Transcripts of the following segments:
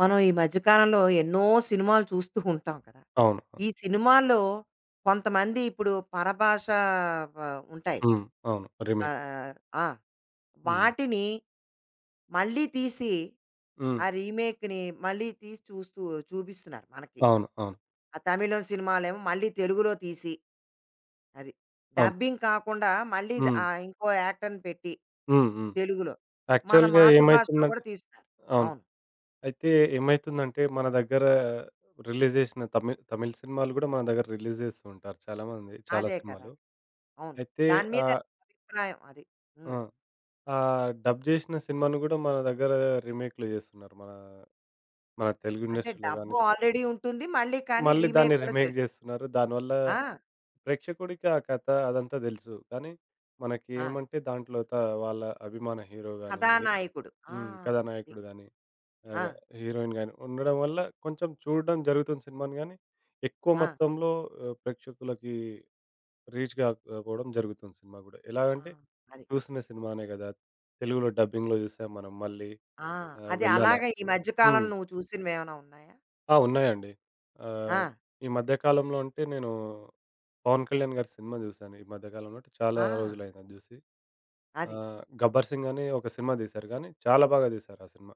మనం ఈ మధ్య కాలంలో ఎన్నో సినిమాలు చూస్తూ ఉంటాం కదా! అవును. ఈ అవును. సినిమాల్లో కొంతమంది ఇప్పుడు పరభాష వ ఉంటాయి. హ్మ్. అవును. రీమేక్. ఆహ్, ఆ! హ్మ్. వాటిని మళ్ళీ తీసి హ్మ్. ఆ రీమేక్‌ని మళ్ళీ తీసి చూస్తూ చూపిస్తున్నారు మనకి. అవును. అవును. ఆ తమిళం సినిమాలేమో మళ్ళీ తెలుగులో తీసి అది. అవును. డబ్బింగ్ కాకుండా మళ్ళీ ద హ్మ్. ఇంకో యాక్టర్‌ని పెట్టి హ్మ్. హ్మ్. తెలుగులో. మన యాక్చువల్‌గా మాతృభాషలో కూడా ఏమైతుందంటే తీస్తున్నారు. అవును. అవును. అయితే ఏమైతుందంటే మన దగ్గర రిలీజ్ జేసిన తమిళ్ సినిమాలు గూడా మన దగ్గర రిలీజ్ జేస్తూ ఉంటారు చాలామంది. చాలా అదే కదా! సినిమాలు. అవును. అయితే దాని మీద ఆహ్, అభిప్రాయం అది. ఆ! హ్మ్. ఆ డబ్ జేసిన సినిమాను గూడా మన దగ్గర రీమేక్‌లు జేస్తున్నారు. మన మన తెలుగు అంటే ఇండస్ట్రీలో డబ్బు గాని ఆల్రెడీ ఉంటుంది. మళ్ళీ కానీ మళ్ళీ దాన్ని రీమేక్ కూడా రీమేక్ చేస్తారు. జేస్తున్నారు. దానివల్ల ఆ! ప్రేక్షకుడికి ఆ కథ అదంతా దెలుసు. కానీ మనకి ఆ! ఏమంటే దాంట్లో త వాళ్ళ అభిమాన హీరో గాని కథానాయకుడు. ఆ! హ్మ్. అది. కథానాయకుడు గాని ఆ! ఆహ్, హీరోయిన్ గాని ఉండడం వల్ల కొంచెం చూడడం జరుగుతుంది సినిమాని గానీ, ఎక్కువ ఆ! మొత్తంలో ప్రేక్షకులకి రీచ్ గాకపోవడం జరుగుతుంది సినిమా గూడా. ఆ! ఎలాగంటే అది. చూసిన సినిమానే గదా! తెలుగులో డబ్బింగ్‌లో జూసాం మనం మళ్ళీ ఆ! అది వెళ్ళాలా? అలాగా ఈ మధ్య హ్మ్. కాలంలో నువ్వు చూసినవేమైనా ఉన్నాయా? ఆ! ఉన్నాయండి. ఆ! ఆహ్, ఈ మధ్య కాలంలో అంటే నేను 'పవన్ కళ్యాణ్' గారి సినిమా చూశాను. ఈ మధ్య కాలంలో అంటే చాలా ఆ! రోజులైంది అది చూసి. అది. 'గబ్బర్ సింగ్' అని ఒక సినిమా తీశారు గానీ, చాలా బాగా తీశారు ఆ సినిమా.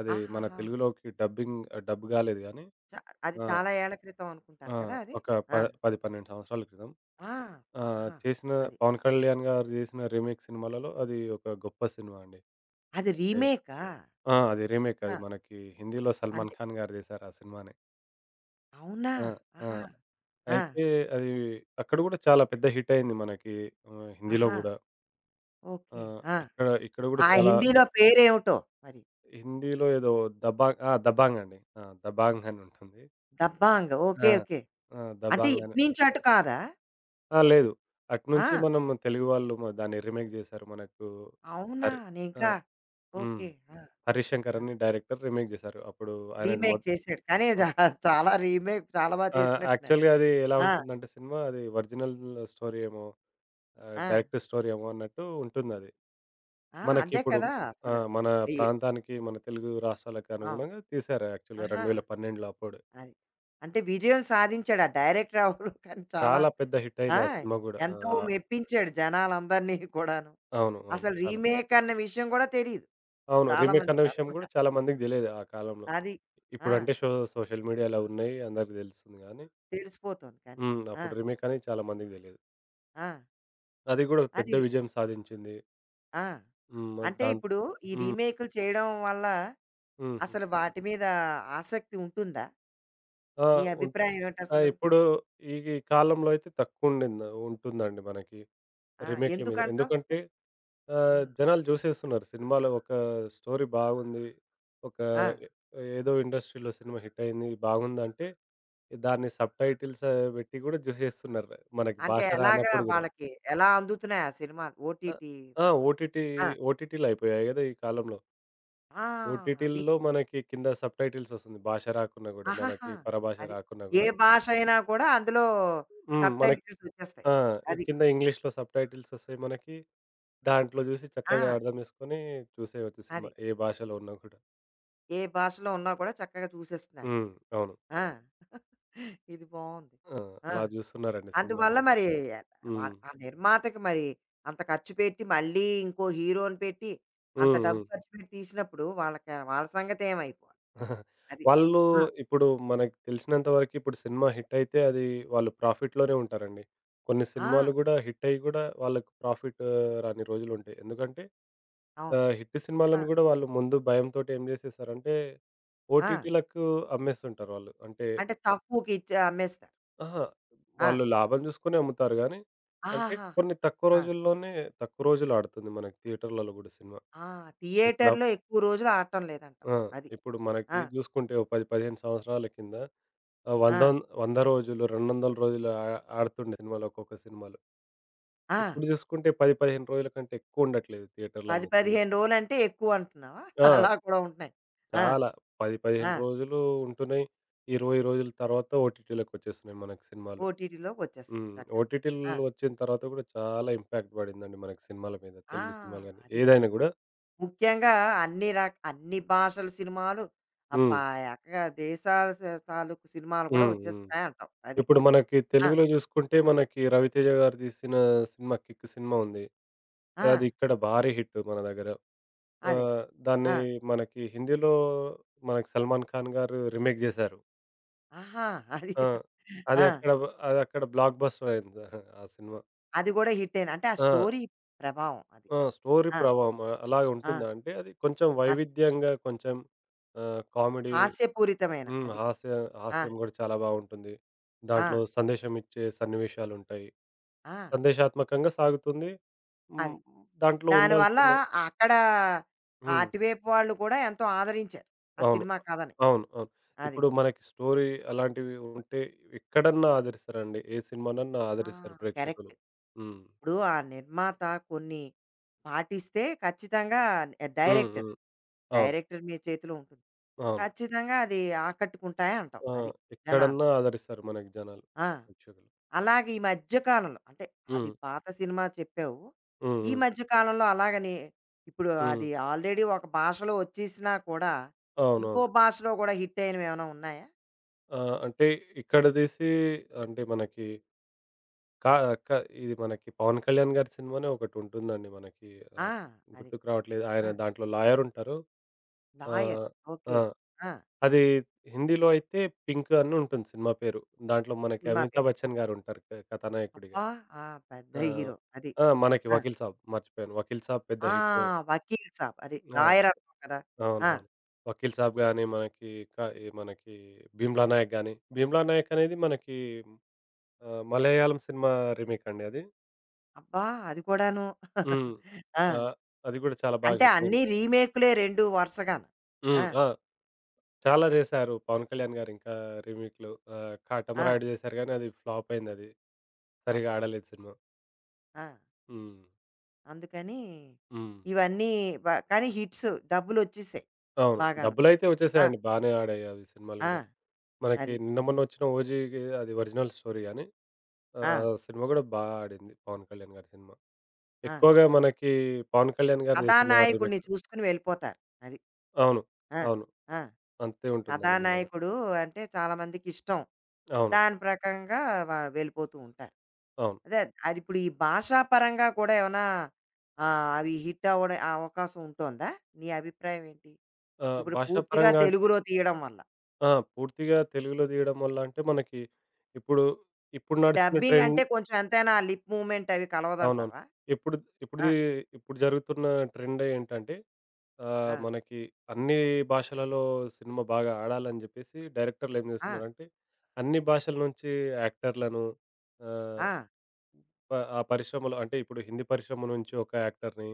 అది మన ఆహాహా! తెలుగులోకి డబ్బింగ్ డబ్ కాలేదు గానీ చ అది ఆ! చాలా ఏళ్ల క్రితం అనుకుంటాను ఆ! కదా! అది. ఒక ప ఆ! 10, 12 సంవత్సరాల క్రితం. ఆ! ఆ! ఆహా! చేసిన అది. 'పవన్ కళ్యాణ్' గారు చేసిన రీమేక్ సినిమాలలో అది ఒక గొప్ప సినిమా అండి. అది అంటే రీమేకా? ఆ! అది. అది రీమేక్. ఆ! అది మనకి హిందీలో 'సల్మాన్ అంటే ఖాన్' గారు తీశారు ఆ సినిమాని. అవునా? ఆ! ఆ! ఆహా! ఆ! అయితే అది అక్కడ గూడా చాలా పెద్ద హిట్ అయింది మనకి. హిందీలో ఆహా! గూడా. ఓకే. ఆ! ఇక్కడ ఇక్కడ గూడా ఆ చాలా హిందీలో పేరేమిటో మరి? హిందీలో ఏదో 'దబాంగ్'. ఆ! 'దబాంగ్' అండి. ఆ! 'దబాంగ్' అని ఉంటుంది. దబాంగ్. ఓకే. ఆ! ఓకే. ఆ! అంటే 'దబాంగ్' ఇటు అని నుంచి అటు కాదా? ఆ! లేదు. అటునుంచి ఆ! మనం తెలుగు వాళ్ళు మ దాన్ని రీమేక్ జేశారు. మనకు అవునా! హరి ఆ! నేనింకా హ్మ్. ఓకే. ఆ! ఆ! 'హరిశంకర్' అని డైరెక్టర్ రీమేక్ జేశారు. అప్పుడు ఆయనది రీమేక్ మొద్ చేసాడు. కానీ జా ఆహ్, చాలా రీమేక్ చాలా బా ఆ! చేసినట్టున్నాడు. యాక్చువల్‌గా అది ఎలా ఆ! ఉంటుందంటే, సినిమా అది ఒరిజినల్ స్టోరీ ఏమో ఆ! డైరెక్టర్ స్టోరీ ఏమో అన్నట్టు ఉంటుందది. ఆ! అంతే మనకిప్పుడు కదా! ఆ! అసలు. మన ఈ ప్రాంతానికి, మన తెలుగు రాష్ట్రాలకు ఆ! అనుగుణంగా తీశారు యాక్చువల్‌గా ఆహా! 2012లో అప్పుడు. అది. అంటే విజయం సాధించాడు ఆ డైరెక్టర్ ఎవరు కానీ చాలా చాలా పెద్ద హిట్ ఆ! అయింది ఆ సినిమా గూడా. ఆ! ఎంతో మెప్పించాడు జనాలందరినీ కూడాను. అవును. అవును. అసలు చాలా రీమేక్ అన్న విషయం కూడా తెలీదు. అవును. చాలా రీమేక్ అన్న మందికి విషయం అనుకుంటా. గూడా చాలా మందికి దెలియదు ఆ కాలంలో. అది. ఆ! ఇప్పుడంటే షో సోషల్ మీడియాలో ఉన్నాయి. అందరికి దెలుస్తుంది గానీ తెలిసిపోతుంది కానీ. హ్మ్. ఆ! అప్పుడు రీమేక్ అనేది చాలా మందికి దెలియదు. ఆ! అది గూడా పెద్ద అది. విజయం సాధించింది. ఆ! హ్మ్. అంటే దాన్ ఇప్పుడు ఈ హ్మ్. రీమేక్‌లు చేయడం వల్ల హుహు. అసలు వాటి మీద ఆసక్తి ఉంటుందా? ఆ! నీ అభిప్రాయం ఆ! ఏమిటసలు? ఇప్పుడు ఈ ఈ కాలంలో అయితే తక్కువుండింద ఉంటుందండి మనకి ఆ! రీమేక్‌ల మీద. ఎందుకంటావు? ఎందుకంటే హ్మ్. జనాలు జూసేస్తున్నారు. సినిమాలో ఒక స్టోరీ బాగుంది. ఒక ఆ! ఎ ఏదో ఇండస్ట్రీలో సినిమా హిట్టయింది బాగుందంటే, దాన్ని సబ్‌టైటిల్స్ బెట్టి గూడా జూసేస్తున్నారు. మనకి అంటే భాష ఎలాగా రానప్పుడు గూడా. వాళ్ళకి ఎలా అందుతున్నాయి ఆ సినిమాలు? ఆ! ఓటీటీ ఆ! వాట్ ఓటీటీ ఆ! ఓటీటీలయిపోయాయి గదా! ఈ కాలంలో. ఆ! అది. ఓటీటీల్లో మనకి కింద సబ్‌టైటిల్స్ ఒస్తుంది. భాష రాకున్నా గూడా. ఆహాహా! మనకి పరభాష అది. రాకున్నా ఏ గూడా. భాష అయినా కూడా అందులో హ్మ్. మనకి సబ్‌టైటిల్స్ వచ్చేస్తాయి. ఆ! ఈ అది. కింద ఇంగ్లీష్‌లో సబ్‌టైటిల్స్ ఒస్తాయి మనకి. దాంట్లో జూసి చక్కగా ఆ! అర్థం జేసుకొని చూసేయొచ్చు సినిమా. అది. ఏ భాషలో ఉన్నా కూడా. ఏ భాషలో ఉన్నా కూడా చక్కగా చూసేస్తున్నారు హ్మ్. వాళ్ళు. అవును. ఆ! ఇది బావుంది. ఆ! ఆ! అలా జూస్తున్నారండి అందువల్ల సినిమాలని. మరి వా హ్మ్. ఆ నిర్మాతకి మరి అంత ఖర్చు పెట్టి, మళ్ళీ ఇంకో హీరోని పెట్టి, అంత హ్మ్. డబ్బు హ్మ్. ఖర్చు పెట్టి తీసినప్పుడు వాళ్ళకి వాళ్ళ సంగతి ఏమైపోవాలి? అది. వాళ్ళు ఆ! ఇప్పుడు మనకు తెలిసినంత వరకు ఇప్పుడు సినిమా హిట్టయితే అది వాళ్ళు ప్రాఫిట్‌లోనే ఉంటారండి. కొన్ని ఆ! సినిమాలు గూడా హిట్టయ్యి గూడా వాళ్ళకి ప్రాఫిట్ రాని రోజులుంటాయి. ఎందుకంటే అవును. హిట్ ఆ! సినిమాలను గూడా వాళ్ళు ముందు భయంతోటి ఏం జేసేసారంటే ఆ! ఓటీటీలకు అమ్మేస్తుంటారు వాళ్ళు. అంటే అంటే తక్కువకిచ్చి అమ్మేస్తారు. అహా! ఆ! వాళ్ళు లాభం జూసుకునే అమ్ముతారు గానీ, అంటే ఆహాహా! కొన్ని తక్కువ ఆ! రోజుల్లోనే తక్కువ రోజులు ఆడుతుంది మనకి థియేటర్‌లలో గూడా సినిమా. ఆ! ఇప్పుడు థియేటర్‌లో అప్ ఎక్కువ రోజులు ఆడటం లేదంటావు. ఆ! అది. ఇప్పుడు మనకి ఆ! జూసుకుంటే ఓ 10, 15 సంవత్సరాల కింద ఆ! వందన్ 100 రోజులు, 200 రోజులు ఆ ఆడుతుండే సినిమాలు ఒక్కొక్క సినిమాలు. ఆ! ఇప్పుడు జూసుకుంటే 10, 15 రోజుల కంటే ఎక్కువుండట్లేదు 10, థియేటర్‌లలో సినిమాలు. 15 రోజులంటే ఎక్కువ అంటున్నావా? ఆ! అలా కూడా ఉంటున్నాయి. ఆ! చాలా 10, ఆ! 15 రోజులు ఉంటున్నయి. 20 రోజుల తర్వాత ఓటీటీలకొచ్చేస్తున్నాయి మనకి సినిమాలు. ఓటీటీలోకొచ్చేస్తాయి హ్మ్. చక్కగా. ఆ! ఓటీటీలు వచ్చిన తర్వాత గూడా చాలా ఇంపాక్ట్ పడిందండి మనకి సినిమాల మీద. ఆ! తెలుగు సినిమాలు గాని, అది. ఏదైనా గూడా. ముఖ్యంగా అన్ని రక అన్ని భాషల సినిమాలు, ఆ హ్మ్. పా ఏకంగా దేశాల స తాలూకు సినిమాలు కూడా హ్మ్. హ్మ్. వచ్చేస్తున్నాయంటావు. అది. ఇప్పుడు మనకి ఆ! తెలుగులో జూసుకుంటే మనకి 'రవితేజ' గారు తీసిన సినిమా 'కిక్' సినిమా ఉంది. ఆ! అది ఇక్కడ భారీ హిట్ మన దగ్గర. అదే. ఆహ్, దాన్ని ఆ! మనకి హిందీలో మనకి 'సల్మాన్ ఖాన్' గారు రీమేక్ జేశారు. ఆహా! అది. ఆ! అది ఆ! అక్కడ అది అక్కడ బ్లాక్ బస్టర్ అయింది ఆ సినిమా. అది కూడా హిట్టేన. అంటే ఆ ఆ! స్టోరీ ప్రభావం అది. ఆ! స్టోరీ ఆ! ప్రభావం అలాగా ఆ! ఉంటుందా అంటే అది కొంచెం అది. వైవిధ్యంగా కొంచెం కామెడీ హాస్యపూరితమైన హ్మ్. అది. హాస్య ఆ! హాస్యం గూడా చాలా బావుంటుంది. ఆ! దాంట్లో సందేశం ఇచ్చే సన్నివేశాలుంటాయి. ఆ! సందేశాత్మకంగా సాగుతుంది. హ్మ్. అది. దాంట్లో దానివల్ల ఉండాల్సిన అక్కడ ఆ హ్మ్. అటువైపు వాళ్ళు కూడా ఎంతో ఆదరించారు. ఆ అవును. సినిమా కథని. అవును. అవును. అది. ఇప్పుడు మనకి స్టోరీ అలాంటివి ఉంటే ఎక్కడన్నా ఆదరిస్తారండి. ఏ సినిమానన్నా ఆ! ఆదరిస్తారు ప్రేక్షకులు. కరెక్ట్. హ్మ్. ఇప్పుడు ఆ నిర్మాత కొన్ని పాటిస్తే ఖచ్చితంగా హ్మ్. డైరెక్టర్, హ్మ్. అవును. డైరెక్టర్ మీ చేతిలో ఉంటుంది. అవును. ఖచ్చితంగా అది ఆకట్టుకుంటాయి అంటావు. ఆ! అది జనాల్ని. ఎక్కడన్నా ఆదరిస్తారు మనకి జనాలు. ఆ! ప్రేక్షకులు. అలాగే ఈ మధ్య కాలంలో అంటే అది హ్మ్. పాత సినిమా చెప్పావు. హ్మ్. ఈ హ్మ్. మధ్య కాలంలో అలాగని ఇప్పుడు హ్మ్. అది ఆల్రెడీ ఒక భాషలో వచ్చేసినా కూడా ఇంకో అవునవును. భాషలో కూడా హిట్ అయినవి ఏమైనా ఉన్నాయా? ఆ! అంటే ఇక్కడ తీసి అంటే మనకి కా క ఇది మనకి 'పవన్ కళ్యాణ్' గారి సినిమానే ఒకటుంటుందండి మనకి ఆ! ఆహ్, అది. గుర్తుకు రావట్లేదు. ఆయన ఆ! దాంట్లో లాయర్ ఉంటారు. 'లాయర్' ఆహ్, ఆ! ఓకే. ఆ! అది హిందీలో అయితే 'పింక్' అని ఉంటుంది సినిమా పేరు. దాంట్లో మనకి సినిమా అమితాబ్ పేరు. బచ్చన్ గారు ఉంటారు క కథానాయకుడిగా. అబ్బా! ఆ! పెద్ద ఆ! హీరో అది. ఆ! మనకి ఆ! 'వకీల్ సాబ్' మర్చిపోయాను. 'వకీల్ సాబ్' పెద్ద ఆ! హిట్. వకీల్ సాబ్. అది ఆ! లాయర్ అంటాం కదా! ఆ! అవునవును. 'వకీల్ సాబ్' గాని మనకి క ఈ మనకి 'భీమ్లా నాయక్' గాని 'భీమ్లా నాయక్' అనేది మనకి మలయాళం సినిమా రీమేక్ అండి అది. అబ్బా! అది కూడాను. హ్మ్. ఆ! ఆహ్, అది గూడా చాలా బాగా అంటే అన్నీ హిట్టయింది. రీమేక్‌లే 2 వరుసగాను. ఆ! హ్మ్. ఆ! చాలా జేశారు 'పవన్ కళ్యాణ్' గారు ఇంకా రీమేక్‌లు. ఆ! 'కాటమరాయుడు' జేశారు గానీ అది ఫ్లాపయిందది. అది. సరిగ్గా ఆడలేదు సినిమా. ఆ! హ్మ్. అందుకని హ్మ్. ఇవన్నీ వ కానీ హిట్స్ డబ్బులొచ్చేసాయి అవును. బాగాను. డబ్బులైతే ఆ! ఒచ్చేసాయండి. బానే ఆడాయి అవి సినిమాలు ఆ! గూడా. మనకి అది. నిన్న మొన్న ఒచ్చిన 'ఓజీ'కి అది ఒరిజినల్ స్టోరీ గానీ ఆ! సినిమా గూడా బా ఆడింది 'పవన్ కళ్యాణ్' గారి సినిమా. ఆ! ఎక్కువగా మనకి 'పవన్ కళ్యాణ్' గారు జేస్తుండేవారు కథానాయకుడిని రీమేక్‌లు. చూసుకొని వెళ్ళిపోతారు. అది. అవును. ఆ! అవును. ఆ! అంతే ఉంటుందండి మన దగ్గర. కథానాయకుడు అంటే చాలా మందికి ఇష్టం. అవును. దాని ప్రకంగా వ వెళ్ళిపోతూ ఉంటారు. అవును. అదే అది ఇప్పుడు ఈ భాషాపరంగా కూడా ఏమన్నా అవి హిట్ అవ్వడం ఆ అవకాశం ఉంటోందా? నీ అభిప్రాయం ఏంటి? ఇప్పుడు పూర్తిగా భాషాపరంగా తెలుగులో తీయడం వల్ల. ఆ! పూర్తిగా తెలుగులో తీయడం వల్ల అంటే మనకి ఇప్పుడు, ఇప్పుడు ఈ నడుస్తున్న ఆ! డబ్బింగ్ ట్రెండ్ అంటే కొంచెం ఎంతైనా లిప్ మూవ్‌మెంట్ అవి అవునవును. కలవదంటావా? ఇప్పుడు ఆ! ఇప్పుడుది ఇప్పుడు జరుగుతున్న ట్రెండ్ ఏంటంటే ఆ! మనకి అన్ని భాషలలో సినిమా బాగా ఆడాలని జెప్పేసి డైరెక్టర్లు ఏం ఆ! జేస్తున్నారంటే, అన్ని భాషల నుంచి యాక్టర్‌లను ఆహ్, ఆ! ప ఆ పరిశ్రమలో అంటే ఇప్పుడు హిందీ పరిశ్రమ నుంచి ఒక యాక్టర్‌ని,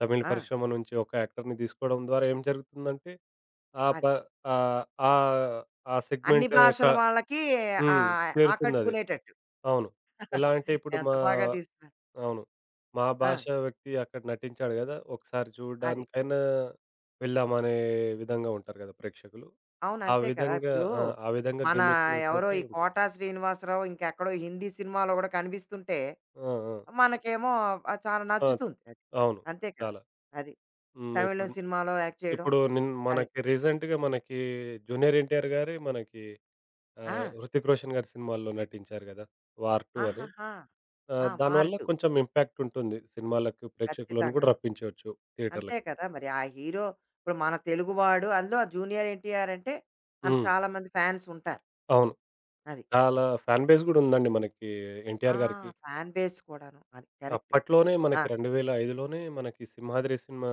తమిళ్ ఆ! పరిశ్రమ నుంచి ఒక యాక్టర్‌ని తీసుకోవడం ద్వారా ఏం జరుగుతుందంటే, ఆ ప అది. ఆహ్, ఆ ఆ అన్ని సెగ్మెంట్ క భాషల వాళ్ళకి హ్మ్. చేరుతుందది. ఆకట్టుకునేటట్టు. అవును. ఎలా అంటే ఇప్పుడు ఎంత మా బాగా తీస్తున్నారు. అవును. మా ఆ! భాష వ్యక్తి అక్కడ నటించాడు గదా! ఒకసారి అది. చూడడానికైనా వెళ్దామనే విధంగా ఉంటారు గదా! ప్రేక్షకులు. అవును. ఆ అంతే కదా! విధంగా ఇప్పుడు ఆ! ఆ విధంగా మన ఎవరో గిమ్మిక్కులతోటి ఈ ఉంటుంది. 'కోటా శ్రీనివాసరావు' ఇంకెక్కడో హిందీ సినిమాలో గూడా కనిపిస్తుంటే, ఆ! ఆ! మనకేమో చాలా ఆ! నచ్చుతుంది అది. అవును. అంతే కదా! చాలా. అది. హ్మ్. ఇప్పుడు తమిళం సినిమాలో యాక్ట్ చేయడం. ఇప్పుడు నిన్ అదే. మనకి రీసెంట్‌గా మనకి 'జూనియర్ ఎన్టీఆర్' గారి మనకి ఆ! 'హృతిక్ రోషన్' గారి సినిమాల్లో నటించారు గదా! 'వార్ 2' అని. ఆహాహా! ఆ! 'వార్ దానివల్ల 2' కొంచెం ఇంపాక్ట్ ఉంటుంది. సినిమాలకు ప్రేక్షకులను గూడా ఖచ్చితంగాను. రప్పించవచ్చు అంతే థియేటర్‌లకి. కదా! మరి ఆ హీరో ఇప్పుడు మన తెలుగువాడు అందులో జూనియర్ ఎన్టీఆర్ అంటే హ్మ్. చాలా మంది ఫ్యాన్స్ ఉంటారు. అవును. అది. చాలా ఫ్యాన్ బేస్ గూడా ఉందండి మనకి ఆ! 'ఎన్టీఆర్' గారికి. ఫ్యాన్ బేస్ కూడాను. అది కరెక్ట్. అప్పట్లోనే ఆ! మనకి 2005లోనే మనకి 'సింహాద్రి' సినిమా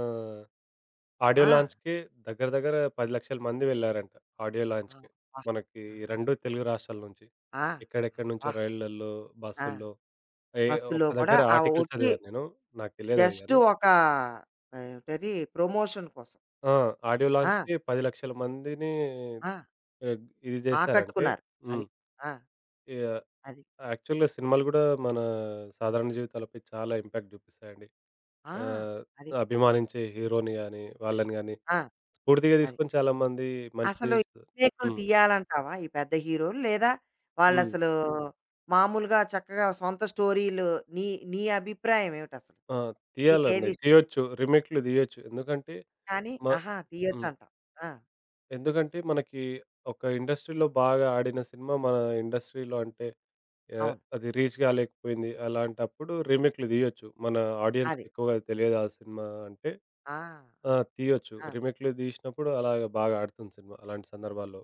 ఆడియో ఆ! లాంచ్‌కే దగ్గర దగ్గర 10,00,000 మంది వెళ్లారంట ఆడియో ఆ! లాంచ్‌కే. అబ్బా! మనకి ఆ! 2 తెలుగు రాష్ట్రాల నుంచి. ఆ! ఎక్కడెక్కడి నుంచో అబ్బా! రైళ్ళల్లో, ఆ! బస్సుల్లో ఏ బస్సులో ఒక్క కూడా దగ్గర ఆ ఆర్టికల్ ఒట్టి చదివాను నేను. నాకు తెలియదది జస్ట్ గాని ఒక ఏమిటది ప్రమోషన్ కోసం. ఆ! ఆడియో ఆ! లాంచ్‌కి 10,00,000 మందిని ఆ! ఆహ్, ఇది జేశారంటే ఆకట్టుకున్నారు. అది. హ్మ్. ఆ! యాహ్! అది. యాక్చువల్‌గా సినిమాలు గూడా మన సాధారణ జీవితాలపై చాలా ఇంపాక్ట్ జూపిస్తాయండి. ఆ! ఆహ్, అది. అభిమానించే హీరోని గాని, వాళ్ళని గాని ఆ! స్ఫూర్తిగా అది. తీసుకొని చాలామంది మంచి అసలు ఈ జేస్తారు. రీమేకులు హ్మ్. తీయాలంటావా ఈ పెద్ద హీరోలు? లేదా హ్మ్. వాళ్ళసలు మామూలుగా చక్కగా సొంత స్టోరీలు నీ నీ అభిప్రాయం ఏమిటసలు? ఆ! నీకేది తీయాలండి. ఇష్టం? తీయొచ్చు. రీమేక్‌లు దీయొచ్చు. ఎందుకంటే కానీ మ ఆహా! హ్మ్. తీయొచ్చంటావు. ఆ! ఎందుకంటే మనకి ఒక ఇండస్ట్రీ‌లో బాగా ఆడిన సినిమా మన ఇండస్ట్రీ‌లో అంటే యాహ్! అవును. అది రీచ్ గాలేకపోయింది. అలాంటప్పుడు రీమేక్‌లు తీయొచ్చు. మన ఆడియన్స్‌కి అది. ఎక్కువగా తెలియదు ఆ సినిమా అంటే ఆ! ఆ! అది. తీయొచ్చు. ఆ! రీమేక్‌లు తీసినప్పుడు అలాగా బాగా ఆడుతుంది సినిమా అలాంటి సందర్భాల్లో.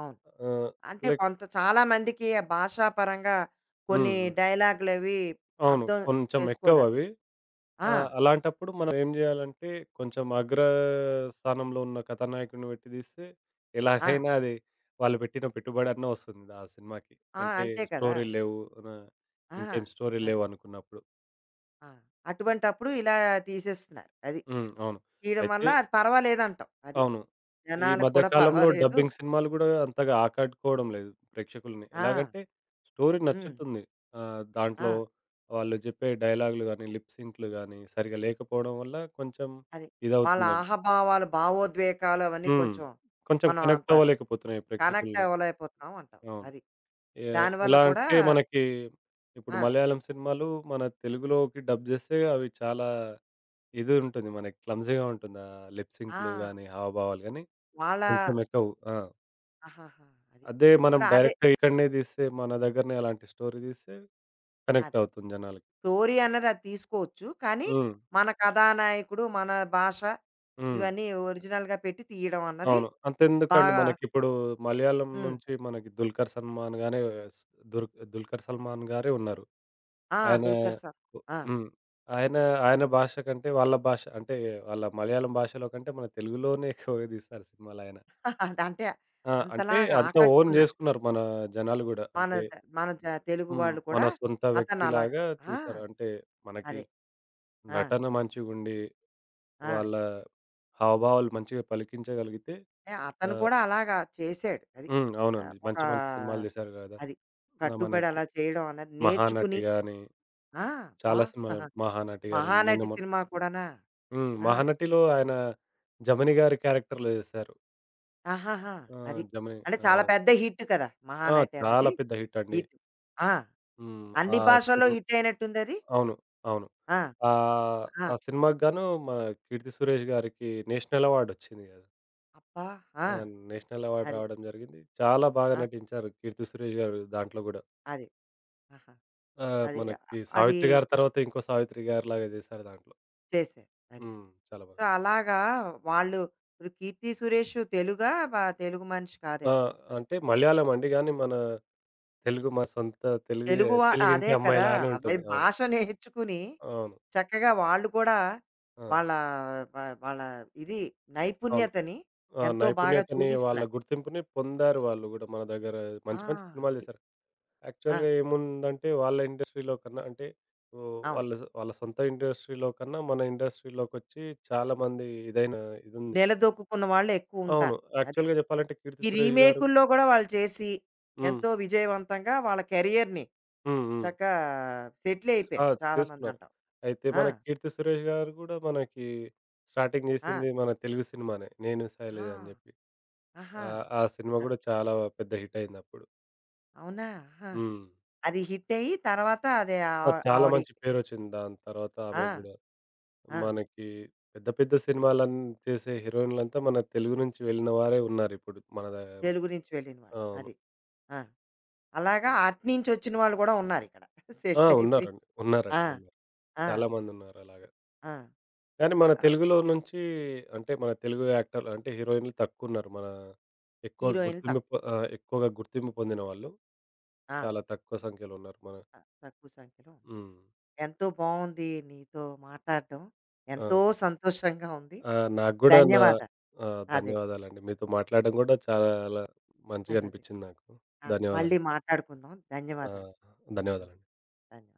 అవును. ఆహ్, అంటే లైక్ కొంత చాలా మందికి ఆ భాషాపరంగా కొన్ని హ్మ్. హ్మ్. డైలాగులవి అవును. అర్థం కొంచెం చేసుకోలేరు. ఎక్కువవి. ఆ! ఆ! అలాంటప్పుడు మనం ఏం జేయాలంటే కొంచెం అగ్ర స్థానంలో ఉన్న కథానాయకుడిని పెట్టి తీస్తే ఆ! ఎలాగైనా అది వాళ్ళు పెట్టిన పెట్టుబడన్నా వస్తుంది ఆ సినిమాకి. ఆ! అంటే అంతే కదా! స్టోరీలు లేవు. ఆహ్, ఆ! ఇంకేం స్టోరీలు అది. లేవు అనుకున్నప్పుడు. ఆ! అటువంటప్పుడు ఇలా తీసేస్తున్నారు. అది. హ్మ్. అవును. తీయడం అయితే వల్ల అది పర్వాలేదంటావు. అది. అవును. ఈ జనాలకు మధ్య కూడా కాలంలో పర్వాలేదు. డబ్బింగ్ సినిమాలు గూడా అంతగా ఆకట్టుకోవడం లేదు ప్రేక్షకుల్ని. ఆ! ఎలాగంటే స్టోరీ హ్మ్. నచ్చుతుంది. దాంట్లో ఆ! వాళ్ళు జెప్పే డైలాగులు గానీ, లిప్ సింక్‌లు గానీ సరిగ్గా లేకపోవడం వల్ల కొంచెం అది. వాళ్ళ ఇదవుతున్నారు. ఆహభావాలు, భావోద్వేగాలు అవన్నీ హ్మ్. కొంచెం కొంచెం మనం అంత కనెక్ట్ అవ్వలేకపోతున్నాయి కనెక్ట్ ప్రేక్షకుల్ని. అవ్వలేకపోతున్నాం అంటావు. అవును. అది. ఎ దానివల్ల ఎలా కూడా అంటే మనకి ఇప్పుడు ఆ! మలయాళం సినిమాలు మన తెలుగులోకి డబ్ జేస్తే అవి చాలా ఇది ఉంటుంది. మనకి క్లమ్జీగా ఉంటుంది. ఆ లిప్ సింక్‌లు ఆ! గానీ, హావభావాలు గానీ వాళ్ళ కొంచెం ఎక్కవు. ఆ! ఆహాహా! అది. అదే మనం ఇప్పుడు అదే. డైరెక్ట్‌గా ఇక్కడనే తీస్తే, మన దగ్గరనే అలాంటి స్టోరీ తీస్తే అది. కనెక్ట్ అవుతుంది జనాలకి. స్టోరీ అన్నది అది తీసుకోవచ్చు. కానీ, హ్మ్. మన కథానాయకుడు, మన భాష హ్మ్. ఇవన్నీ ఒరిజినల్‌గా పెట్టి తీయడం అన్నది అవును. అంతెందుకండి బాగా మనకిప్పుడు మలయాళం హ్మ్. నుంచి మనకి 'దుల్కర్ సల్మాన్' గానే స్ దుర్ 'దుల్కర్ సల్మాన్' గారే ఉన్నారు. ఆ! ఆయన 'దుల్కర్ సల్మాన్' ఆ! హ్మ్. ఆయన ఆయన భాష కంటే వాళ్ళ భాష అంటే వాళ్ళ మలయాళం భాషలో కంటే మన తెలుగులోనే ఎక్కువగా తీస్తారు సినిమాలయన. అంటే ఆ! అంటే అంతలాగా అంతా ఓన్ ఆకట్టుకున్నాడు. చేసుకున్నారు మన జనాలు గూడా. మన అంటే త మన జ తెలుగు హ్మ్. వాళ్ళు మన కూడా సొంత అతను అలాగా వ్యక్తిలాగా ఆ! చూసారు. అంటే మనకి అదే. ఆ! నటన మంచిగుండి ఆ! వాళ్ళ హావభావాలు మంచిగా పలికించగలిగితే అంటే అతను ఆహ్, కూడా అలాగా చేసాడు. అది. హ్మ్. అవునండి. ఒక మంచి మంచి సినిమాలు చేశారు గదా! అది. న కట్టుబడి మనకి అలా చేయడం అన్నది నేర్చుకుని 'మహానటి' గాని, ఆ! చాలా సినిమాలు అబ్బా! 'మహానటి' గాని నిన్న మహానటి మొన్ సినిమా కూడానా? హ్మ్. ఆ! 'మహానటి'లో ఆయన జమినీ గారి క్యారెక్టర్‌లో చేశారు. ఆహాహా! ఆ! అది. జమినీ అంటే చాలా ఆహ్, పెద్ద హిట్ కదా! ఆ! మహానటి అన్నది. చాలా పెద్ద హిట్ అండి. హిట్. ఆ! హ్మ్. ఆ అన్ని భాషల్లో సినిమా హిట్ అయినట్టుందది? అవును. అవును. ఆ! ఆహ్, ఆ! ఆ సినిమాకి గాను మన 'కీర్తి సురేష్' గారికి నేషనల్ అవార్డ్ వచ్చింది గదా! అబ్బా! ఆ! ఆ! నేషనల్ అవార్డ్ అది. రావడం జరిగింది. చాలా బాగా ఆ! నటించారు 'కీర్తి సురేష్' గారు దాంట్లో గూడా. అది. ఆహా! అది. మనకి అది 'సావిత్రి' గారి తర్వాత ఇంకో 'సావిత్రి' గారిలాగా చేశారు దాంట్లో. చేశారు. అది. హ్మ్. చాలా సో, బాగా. అలాగా వాళ్ళు ఇప్పుడు 'కీర్తి సురేష్' తెలుగా? బ తెలుగు మనిషి ఆ! కాదేమో. అది. అంటే మలయాళం అండి. గానీ మన తెలుగు మా సొంత తెలుగు తెలుగు వా అదే తెలుగింటి కదా! అమ్మాయిలానే మరి ఉంటుంది. అవును. భాష నేర్చుకుని అవును. చక్కగా వాళ్ళు కూడా ఆ! వాళ్ళ వా వాళ్ళ ఇది అవును. నైపుణ్యతని ఆ! ఎంతో బాగా నైపుణ్యతని వాళ్ళ చూపిస్తున్నారు. గుర్తింపుని పొందారు వాళ్ళు గూడా. మన దగ్గర ఆ! మంచి మంచి సినిమాలు అది. చేశారు. ఆ! యాక్చువల్‌గా ఏముందంటే వాళ్ళ ఇండస్ట్రీ‌లో కన్నా అంటే అవును. వాళ్ళ సొంత ఇండస్ట్రీ‌లో కన్నా మన ఇండస్ట్రీ‌లోకొచ్చి చాలామంది ఇదైన ఇదుంది. నిలదొక్కుకున్న వాళ్ళు అవును. ఎక్కువుంటారు. అది. యాక్చువల్‌గా చెప్పాలంటే 'కీర్తి ఈ సురేష్' గారు రీమేకుల్లో గూడా వాళ్ళు చేసి హ్మ్. ఎంతో విజయవంతంగా వాళ్ళ కెరియర్‌ని హ్మ్. హ్మ్. చక్కా సెటిల్ ఆ! అయిపోయారు చేస్తున్నారు. చాలామందంటావు. అయితే ఆ! మన 'కీర్తి సురేష్' గారు గూడా మనకి స్టార్టింగ్ ఆ! జేసింది మన తెలుగు సినిమానే 'నేను ఆ! శైలజ' అని జెప్పి. ఆహా! ఆ సినిమా అద్ గూడా చాలా పెద్ద హిట్ అయిందప్పుడు. అవునా! ఆహా! హ్మ్. అది హిట్ అయ్యి తర్వాత అది ఆవ ఆ! చాలా ఆవిడ మంచి పేరొచ్చింది దాని తర్వాత ఆమెకు ఆ! గూడా. ఆ! మనకి పెద్ద పెద్ద సినిమాలన్ చేసే హీరోయిన్‌లంతా మన తెలుగు నుంచి వెళ్ళిన వారే ఉన్నారిప్పుడు. మన దా తెలుగు నుంచి వెళ్ళిన వాళ్ళు. అవును. అది. ఆ! అలాగా అటునుంచొచ్చిన వాళ్ళు కూడా ఉన్నారిక్కడ. ఆ! సెటిల్ అయిపోయి. ఉన్నారండి. ఆ! ఉన్నారండి. ఉన్నారు. ఆ! చాలా మందున్నారు అలాగా. ఆ! కానీ ఆ! మన తెలుగులో నుంచి అంటే మన తెలుగు యాక్టర్లు అంటే హీరోయిన్‌లు తక్కువున్నారు. మన ఎక్కువ హీరోయిన్‌లు గుర్తింపు తక్కువ. పొ ఎక్కువగా గుర్తింపు పొందిన వాళ్ళు ఆ! చాలా తక్కువ సంఖ్యలో ఉన్నారు. మన ఆ! తక్కువ సంఖ్యలో ఉన్నారు. హ్మ్. ఎంతో బావుంది నీతో మాట్లాడడం. ఆ! ఎంతో సంతోషంగా ఉంది. ఆ! నాకు గూడా నా ధన్యవాదాలు. ఆ! అదే. ధన్యవాదాలండి. మీతో మాట్లాడడం గూడా చాలా మంచిగా అదే. అనిపించింది నాకు. ఆ! మళ్ళీ ధన్యవాదాలు. మాట్లాడుకుందాం. ఆ! ధన్యవాదాలు. ధన్య ధన్యవాదాలండి. ధన్యవాదాలు.